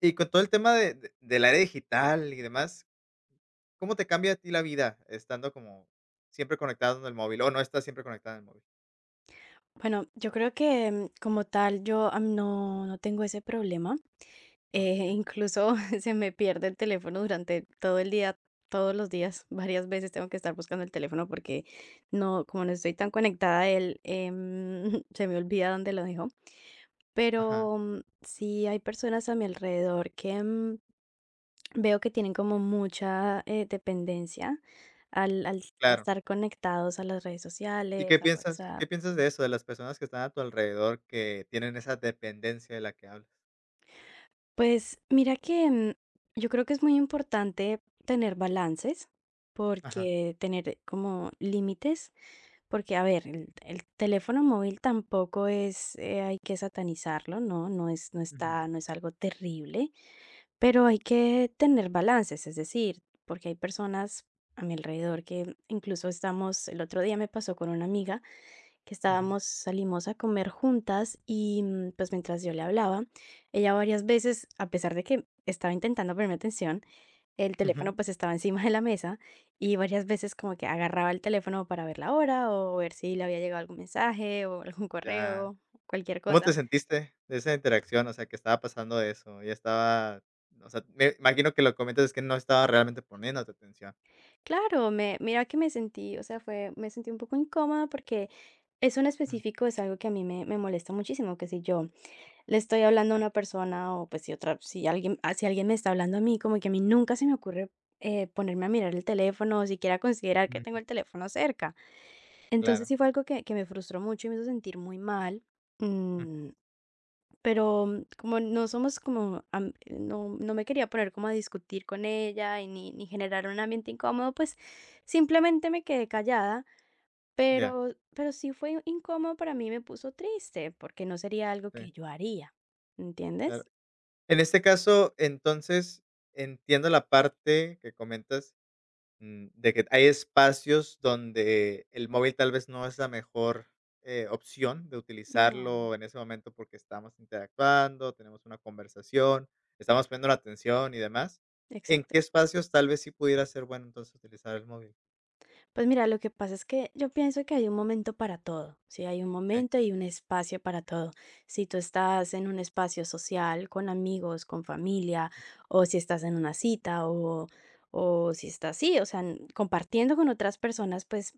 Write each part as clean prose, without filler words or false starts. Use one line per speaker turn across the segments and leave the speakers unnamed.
Y con todo el tema de del área digital y demás, ¿cómo te cambia a ti la vida estando como siempre conectado en el móvil, o no estás siempre conectado en el móvil?
Bueno, yo creo que como tal yo no, no tengo ese problema.
Ah, okey.
Incluso se me pierde el teléfono durante todo el día, todos los días, varias veces tengo que estar buscando el teléfono porque no, como no estoy tan conectada a él, se me olvida dónde lo dejo.
Ajá,
Pero sí hay personas a mi alrededor que veo que tienen como mucha dependencia al, al a
claro.
estar conectados a las redes
¿Y qué
sociales, al
piensas
WhatsApp.
qué piensas de eso, de las personas que están a tu alrededor que tienen esa dependencia de la que hablas?
Pues mira que yo creo que es muy importante tener balances,
Ajá.
porque tener como límites, porque a ver, el teléfono móvil tampoco es, hay que satanizarlo, ¿no? No es, no
Ujú,
está, no es algo terrible, pero hay que tener balances, es decir, porque hay personas a mi alrededor que incluso estamos, el otro día me pasó con una amiga que
ujú,
estábamos salimos a comer juntas y, pues, mientras yo le hablaba, ella varias veces, a pesar de que estaba intentando ponerme atención, el
ujú.
teléfono, pues, estaba encima de la mesa, y varias veces como que agarraba el teléfono para ver la hora, o ver si le había llegado algún mensaje, o algún
Ya.
correo, cualquier
¿Cómo te
cosa.
sentiste de esa interacción? O sea, que estaba pasando eso, ya estaba, o sea, me imagino que lo comentas es que no estaba realmente poniéndote atención.
Claro, me mira que me sentí, o sea, fue me sentí un poco incómoda porque eso en
Mm,
específico es algo que a mí me molesta muchísimo, que si yo le estoy hablando a
ya.
una persona o pues si otra, si alguien me está hablando a mí, como que a mí nunca se me ocurre ponerme a mirar el teléfono o siquiera considerar que tengo
Ujú,
el teléfono cerca. Entonces
claro.
sí fue algo que me frustró mucho y me hizo sentir muy mal.
Mm,
mm, pero como no somos como, no, no me quería poner como a discutir con ella y ni, ni generar un ambiente incómodo, pues simplemente me quedé callada.
ya,
Pero, pero sí fue incómodo para mí, me puso triste, porque no sería algo
sí,
que yo haría,
claro.
¿entiendes?
En este caso, entonces, entiendo la parte que comentas, de que hay espacios donde el móvil tal vez no es la mejor, opción de
No,
utilizarlo en ese momento, porque estamos interactuando, tenemos una conversación, estamos poniendo la atención y demás. ¿En qué
exacto.
espacios tal vez sí pudiera ser bueno entonces utilizar el móvil?
Pues mira, lo que pasa es que yo pienso que hay un momento para todo, ¿sí? Hay un
Sí.
momento y un espacio para todo. Si tú estás en un espacio social, con amigos, con familia, o si estás en una cita, o si estás así, o sea, compartiendo con otras personas, pues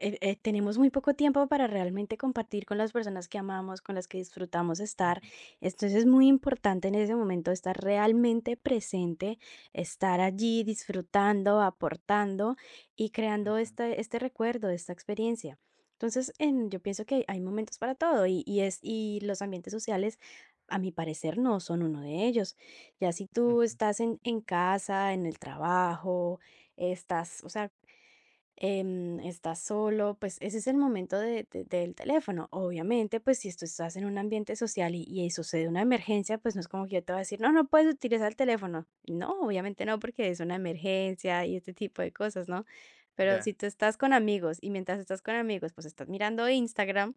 tenemos muy poco tiempo para realmente compartir con las personas que amamos, con las que disfrutamos
Ujú,
estar. Entonces es muy importante en ese momento estar realmente presente, estar allí disfrutando, aportando y creando
ujú,
este recuerdo, esta experiencia. Entonces, yo pienso que hay momentos para todo y los ambientes sociales, a mi parecer, no son uno de ellos. Ya si tú
ujú,
estás en casa, en el trabajo, estás, o sea, estás solo, pues ese es el momento del teléfono. Obviamente, pues si tú estás en un ambiente social y sucede una emergencia, pues no es como que yo te voy a decir, no, no puedes utilizar el teléfono. No, obviamente no, porque es una emergencia y este tipo de cosas, ¿no? Pero
ya.
si tú estás con amigos y mientras estás con amigos, pues estás mirando Instagram,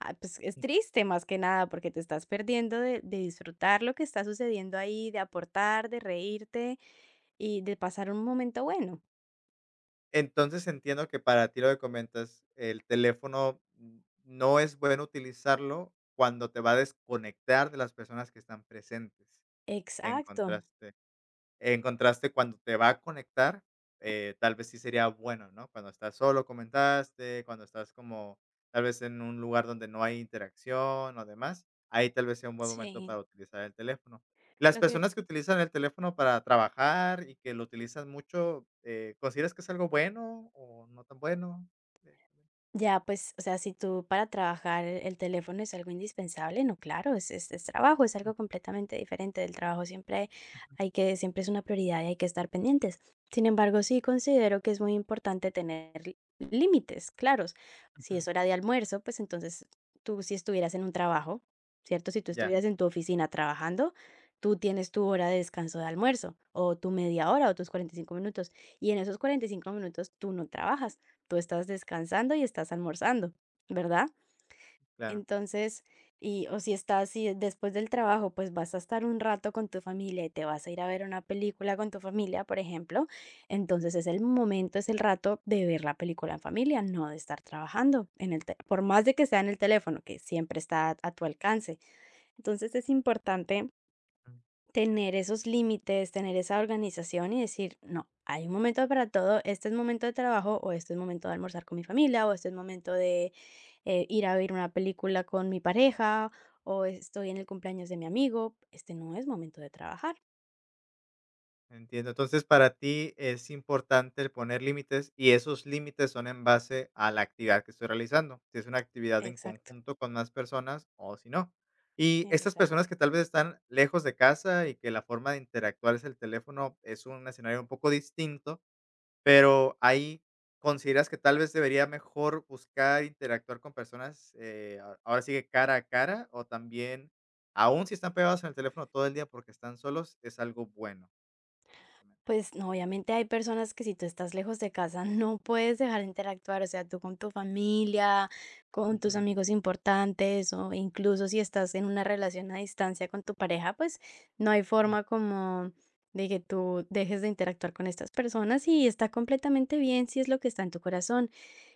ah, pues es triste más que nada porque te estás perdiendo de disfrutar lo que está sucediendo ahí, de aportar, de reírte y de pasar un momento bueno.
Entonces entiendo que para ti lo que comentas, el teléfono no es bueno utilizarlo cuando te va a desconectar de las personas que están presentes. En
Exacto,
contraste. Encontraste cuando te va a conectar, tal vez sí sería bueno, ¿no? Cuando estás solo, comentaste, cuando estás como tal vez en un lugar donde no hay interacción o demás, ahí tal vez sea un buen momento
sí.
para utilizar el teléfono. Las
Lo que
personas que utilizan el teléfono para trabajar y que lo utilizan mucho, ¿consideras que es algo bueno o no tan bueno? Eh,
ya, pues, o sea, si tú para trabajar el teléfono es algo indispensable, no, claro, es trabajo, es
ujú,
algo completamente diferente del trabajo, siempre
ujú,
hay que siempre es una prioridad y hay que estar pendientes. Sin embargo, sí considero que es muy importante tener límites claros. Si
ujú.
es hora de almuerzo, pues, entonces tú si estuvieras en un trabajo, ¿cierto? Si tú
Ya,
estuvieras en tu oficina trabajando, tú tienes tu hora de descanso de almuerzo, o tu media hora, o tus 45 minutos, y en esos 45 minutos tú no trabajas. Tú estás descansando y estás almorzando, ¿verdad?
claro.
Entonces, y o si estás y después del trabajo, pues vas a estar un rato con tu familia y te vas a ir a ver una película con tu familia, por ejemplo, entonces es el momento, es el rato de ver la película en familia, no de estar trabajando por más de que sea en el teléfono, que siempre está a tu alcance. Entonces es importante tener esos límites, tener esa organización y decir: "No, hay un momento para todo, este es momento de trabajo, o este es momento de almorzar con mi familia, o este es momento de, ir a ver una película con mi pareja, o estoy en el cumpleaños de mi amigo, este no es momento de trabajar".
Entiendo. Entonces, para ti es importante el poner límites y esos límites son en base a la actividad que estoy realizando, si es una actividad en
Exacto,
conjunto con más personas o si no. Y estas personas
exactamente.
que tal vez están lejos de casa y que la forma de interactuar es el teléfono, es un escenario un poco distinto, pero ahí consideras que tal vez debería mejor buscar interactuar con personas, ahora sigue cara a cara o también, aún si están pegados en el teléfono todo el día porque están solos, es algo bueno.
Pues no, obviamente hay personas que si tú estás lejos de casa no puedes dejar de interactuar, o sea, tú con tu familia, con
Ujú,
tus amigos importantes o incluso si estás en una relación a distancia con tu pareja, pues no hay
mm,
forma como de que tú dejes de interactuar con estas personas y está completamente bien si es lo que está en tu corazón.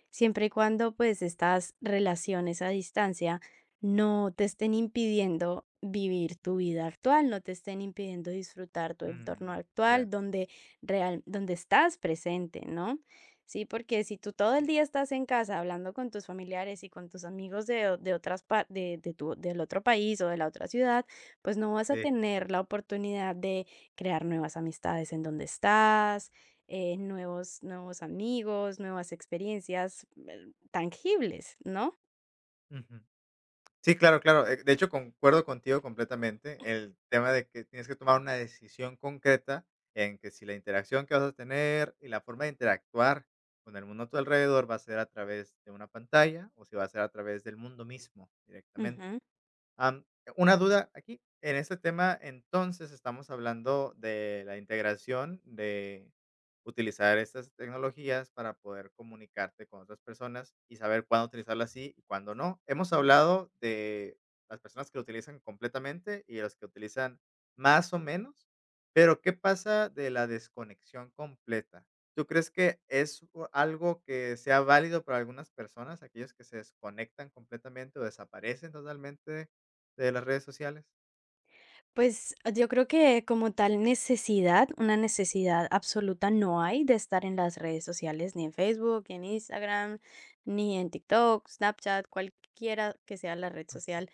Siempre y cuando, pues, estas relaciones a distancia no te estén impidiendo vivir tu vida actual, no te estén impidiendo disfrutar tu entorno
mm, ya,
actual donde estás presente, ¿no? Sí, porque si tú todo
eh,
el día estás en casa hablando con tus familiares y con tus amigos de o de otras par de tu del otro país o de la otra ciudad, pues, no vas a
sí,
tener la oportunidad de crear nuevas amistades en donde estás, nuevos amigos, nuevas experiencias tangibles, ¿no?
ujú. Sí, claro, claro. De hecho, concuerdo contigo completamente. El tema de que tienes que tomar una decisión concreta en que si la interacción que vas a tener y la forma de interactuar con el mundo a tu alrededor va a ser a través de una pantalla o si va a ser a través del mundo mismo directamente.
Ujú.
Am, una duda aquí, en este tema, entonces, estamos hablando de la integración, de utilizar estas tecnologías para poder comunicarte con otras personas y saber cuándo utilizarlas sí y cuándo no. Hemos hablado de las personas que lo utilizan completamente y los que utilizan más o menos, pero, ¿qué pasa de la desconexión completa? ¿Tú crees que es u algo que sea válido para algunas personas, aquellos que se desconectan completamente o desaparecen totalmente de las redes sociales?
Pues yo creo que como tal necesidad, una necesidad absoluta no hay de estar en las redes sociales, ni en Facebook, ni en Instagram, ni en TikTok, Snapchat, cualquiera que sea la red social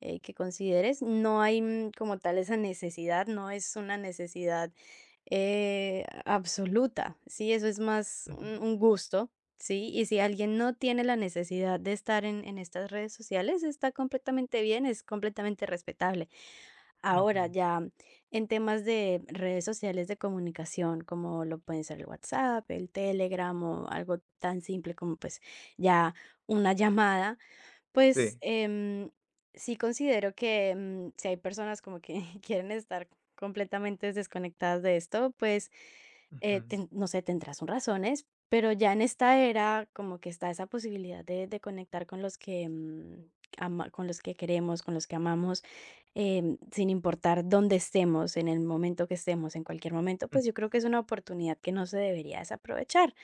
que consideres. No hay como tal esa necesidad, no es una necesidad absoluta, sí, eso es más
Ujú,
un gusto, ¿sí? Y si alguien no tiene la necesidad de estar en estas redes sociales, está completamente bien, es completamente respetable. Ahora,
ujú,
ya en temas de redes sociales de comunicación, como lo pueden ser el WhatsApp, el Telegram o algo tan simple como pues ya una llamada pues,
sí.
sí considero que, si hay personas como que quieren estar completamente desconectadas de esto, pues,
Ujú,
no sé, tendrás sus razones, pero ya en esta era como que está esa posibilidad de conectar con los que queremos, con los que amamos, sin importar dónde estemos, en el momento que estemos, en cualquier momento,
ujú.
pues yo creo que es una oportunidad que no se debería desaprovechar.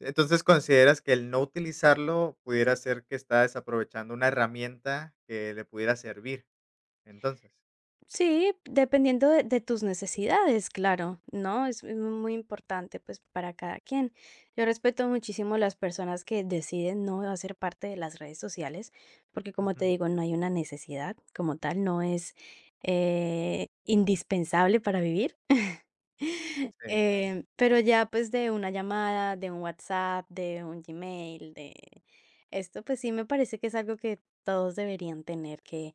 Entonces, ¿consideras que el no utilizarlo pudiera ser que está desaprovechando una herramienta que le pudiera servir, entonces?
Sí, dependiendo de tus necesidades, claro, ¿no? Es muy importante pues para cada quien. Yo respeto muchísimo las personas que deciden no hacer parte de las redes sociales, porque como te
Ujú.
digo, no hay una necesidad como tal, no es indispensable para vivir.
Sí, claro.
Pero ya pues de una llamada, de un WhatsApp, de un Gmail, de esto, pues sí me parece que es algo que todos deberían tener, que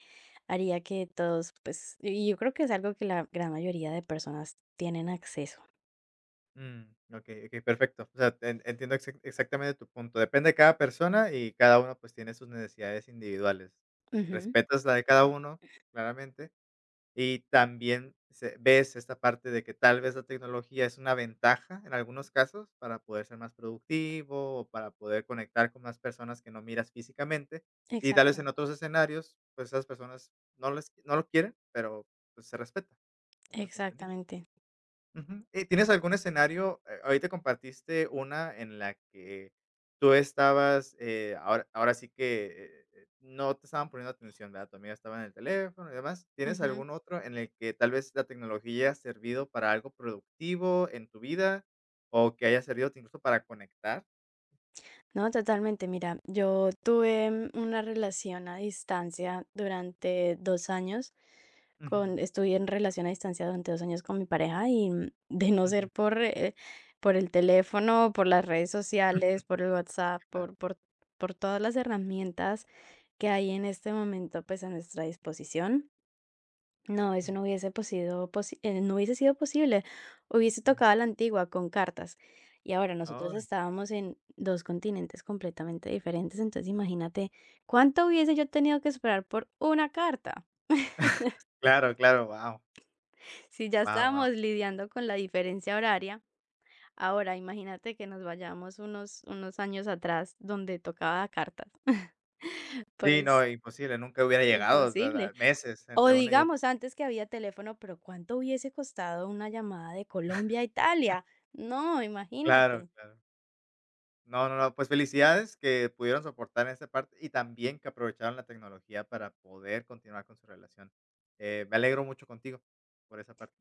haría que todos, pues, y yo creo que es algo que la gran mayoría de personas tienen acceso.
Mm. Okey, okey, perfecto. O sea, en entiendo exactamente tu punto. Depende de cada persona y cada uno, pues, tiene sus necesidades individuales.
Ujú,
Respetas la de cada uno, claramente. Y también se ves esta parte de que tal vez la tecnología es una ventaja en algunos casos para poder ser más productivo o para poder conectar con más personas que no miras físicamente. Y tal vez
exacto,
en otros escenarios, pues esas personas no, les, no lo quieren, pero pues, se respeta. Es lo que entendí.
exactamente.
Ujú. ¿Y tienes algún escenario? Ahorita compartiste una en la que tú estabas, ahora sí que, no te estaban poniendo atención, ¿verdad? Tu amiga estaba en el teléfono y demás. ¿Tienes
Ujú.
algún otro en el que tal vez la tecnología ha servido para algo productivo en tu vida, o que haya servido incluso para conectar?
No, totalmente. Mira, yo tuve una relación a distancia durante 2 años.
Ujú,
Con estuve en relación a distancia durante 2 años con mi pareja y, de no
ujú.
ser por el teléfono, por las redes sociales, por el WhatsApp,
Qué padre.
por todas las herramientas que hay en este momento, pues, a nuestra disposición, no, eso
Ujú,
no hubiese posido posi no hubiese sido posible. Hubiese
sí.
tocado a la antigua, con cartas. Y ahora
Oh,
nosotros estábamos en 2 continentes completamente diferentes, entonces imagínate cuánto hubiese yo tenido que esperar por una carta.
claro, claro, wow,
Si ya
wow, guau.
estábamos lidiando con la diferencia horaria, ahora imagínate que nos vayamos unos años atrás donde tocaba cartas.
Sí, no,
Pues
imposible, nunca hubiera llegado, o sea, da
imposible.
meses
O
entre una y otra.
digamos, antes que había teléfono, pero ¿cuánto hubiese costado una llamada de Colombia a Italia? No,
Claro,
imagínate.
claro. No, no, no, pues felicidades que pudieron soportar esa parte y también que aprovecharon la tecnología para poder continuar con su relación. Me alegro mucho contigo por esa parte.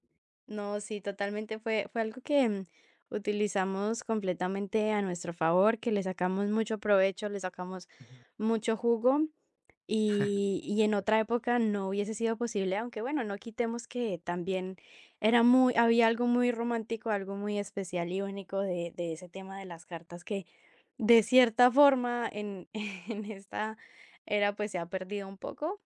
No, sí, totalmente fue algo que utilizamos completamente a nuestro favor, que le sacamos mucho provecho, le sacamos
Ujú.
mucho jugo. Y en otra época no hubiese sido posible, aunque bueno, no quitemos que también era muy había algo muy romántico, algo muy especial y único de ese tema de las cartas que, de cierta forma, en en esta era, pues, se ha perdido un poco,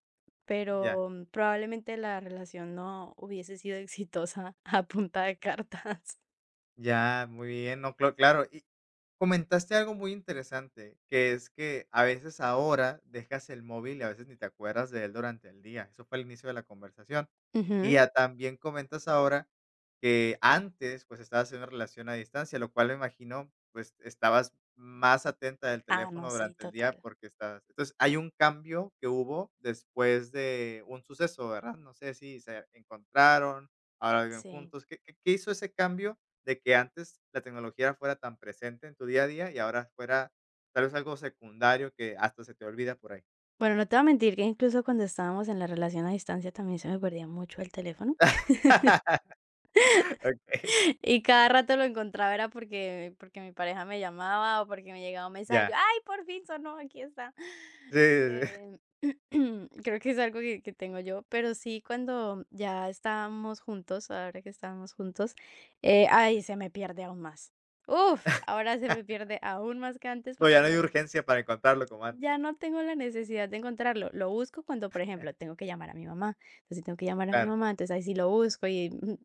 Ya.
pero probablemente la relación no hubiese sido exitosa a punta de cartas.
Ya, muy bien, no, clo claro. Y comentaste algo muy interesante, que es que a veces ahora dejas el móvil y a veces ni te acuerdas de él durante el día. Eso fue el inicio de la conversación. Y
Ujú.
ya también comentas ahora que antes, pues, estabas en una relación a distancia, lo cual me imagino, pues, estabas más atenta del
Ah,
teléfono
no, sí,
durante el día
total.
porque estabas entonces, hay un cambio que hubo después de un suceso, ¿verdad? No sé si se encontraron, ahora viven
Sí.
juntos. ¿Qué hizo ese cambio de que antes la tecnología fuera tan presente en tu día a día y ahora fuera tal vez algo secundario que hasta se te olvida por ahí.
Bueno, no te voy a mentir que incluso cuando estábamos en la relación a distancia también se me perdía mucho el teléfono.
Okey,
Y cada rato lo encontraba era porque mi pareja me llamaba o porque me llegaba un mensaje,
ya.
yo: "Ay, por fin sonó, aquí está".
Sí, sí, sí.
Eh, creo que es algo que tengo yo, pero sí, cuando ya estábamos juntos, ahora que estábamos juntos,
Sí.
ay, se me pierde aún más. Uf, ahora se me pierde aún más que antes
No, ya
porque
no hay
no
urgencia para encontrarlo como antes.
ya no tengo la necesidad de encontrarlo. Lo busco cuando, por ejemplo, tengo que llamar a mi mamá. Entonces, si tengo que llamar a mi
Claro,
mamá, entonces ahí sí lo busco y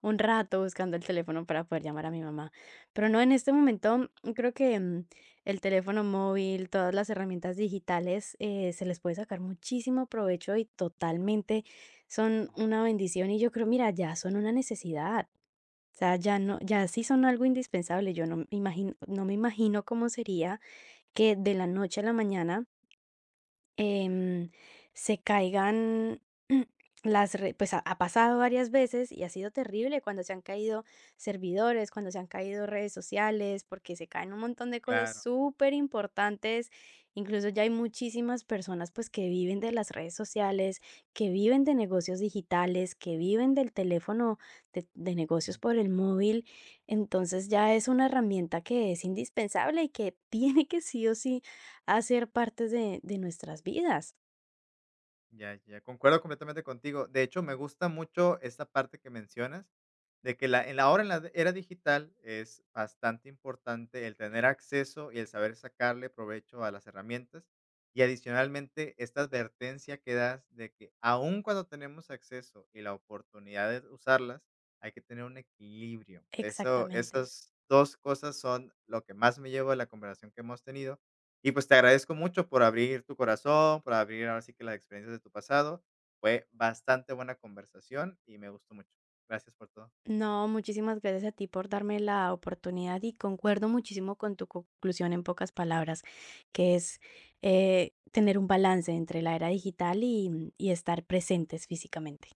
un rato buscando el teléfono para poder llamar a mi mamá. Pero no, en este momento creo que el teléfono móvil, todas las herramientas digitales, se les puede sacar muchísimo provecho y totalmente son una bendición. Y yo creo, mira, ya son una necesidad. O sea, ya no, ya sí son algo indispensable. Yo no me imagino, no me imagino cómo sería que de la noche a la mañana em, se caigan las re pues, ha pasado varias veces y ha sido terrible cuando se han caído servidores, cuando se han caído redes sociales, porque se caen un montón de cosas
claro.
superimportantes. Incluso ya hay muchísimas personas, pues, que viven de las redes sociales, que viven de negocios digitales, que viven del teléfono de negocios por el móvil. Entonces, ya es una herramienta que es indispensable y que tiene que sí o sí Hacer ser parte de nuestras vidas.
Ya, ya, concuerdo completamente contigo. De hecho, me gusta mucho esta parte que mencionas, de que la, en la ahora en la era digital es bastante importante el tener acceso y el saber sacarle provecho a las herramientas. Y adicionalmente, esta advertencia que das de que aun cuando tenemos acceso y la oportunidad de usarlas, hay que tener un equilibrio. Eso,
Exactamente.
esas dos cosas son lo que más me llevo de la conversación que hemos tenido y pues te agradezco mucho por abrir tu corazón, por abrir ahora sí que las experiencias de tu pasado. Fue bastante buena conversación y me gustó mucho. Gracias por todo.
No, muchísimas gracias a ti por darme la oportunidad y concuerdo muchísimo con tu conclusión en pocas palabras, que es tener un balance entre la era digital y estar presentes físicamente.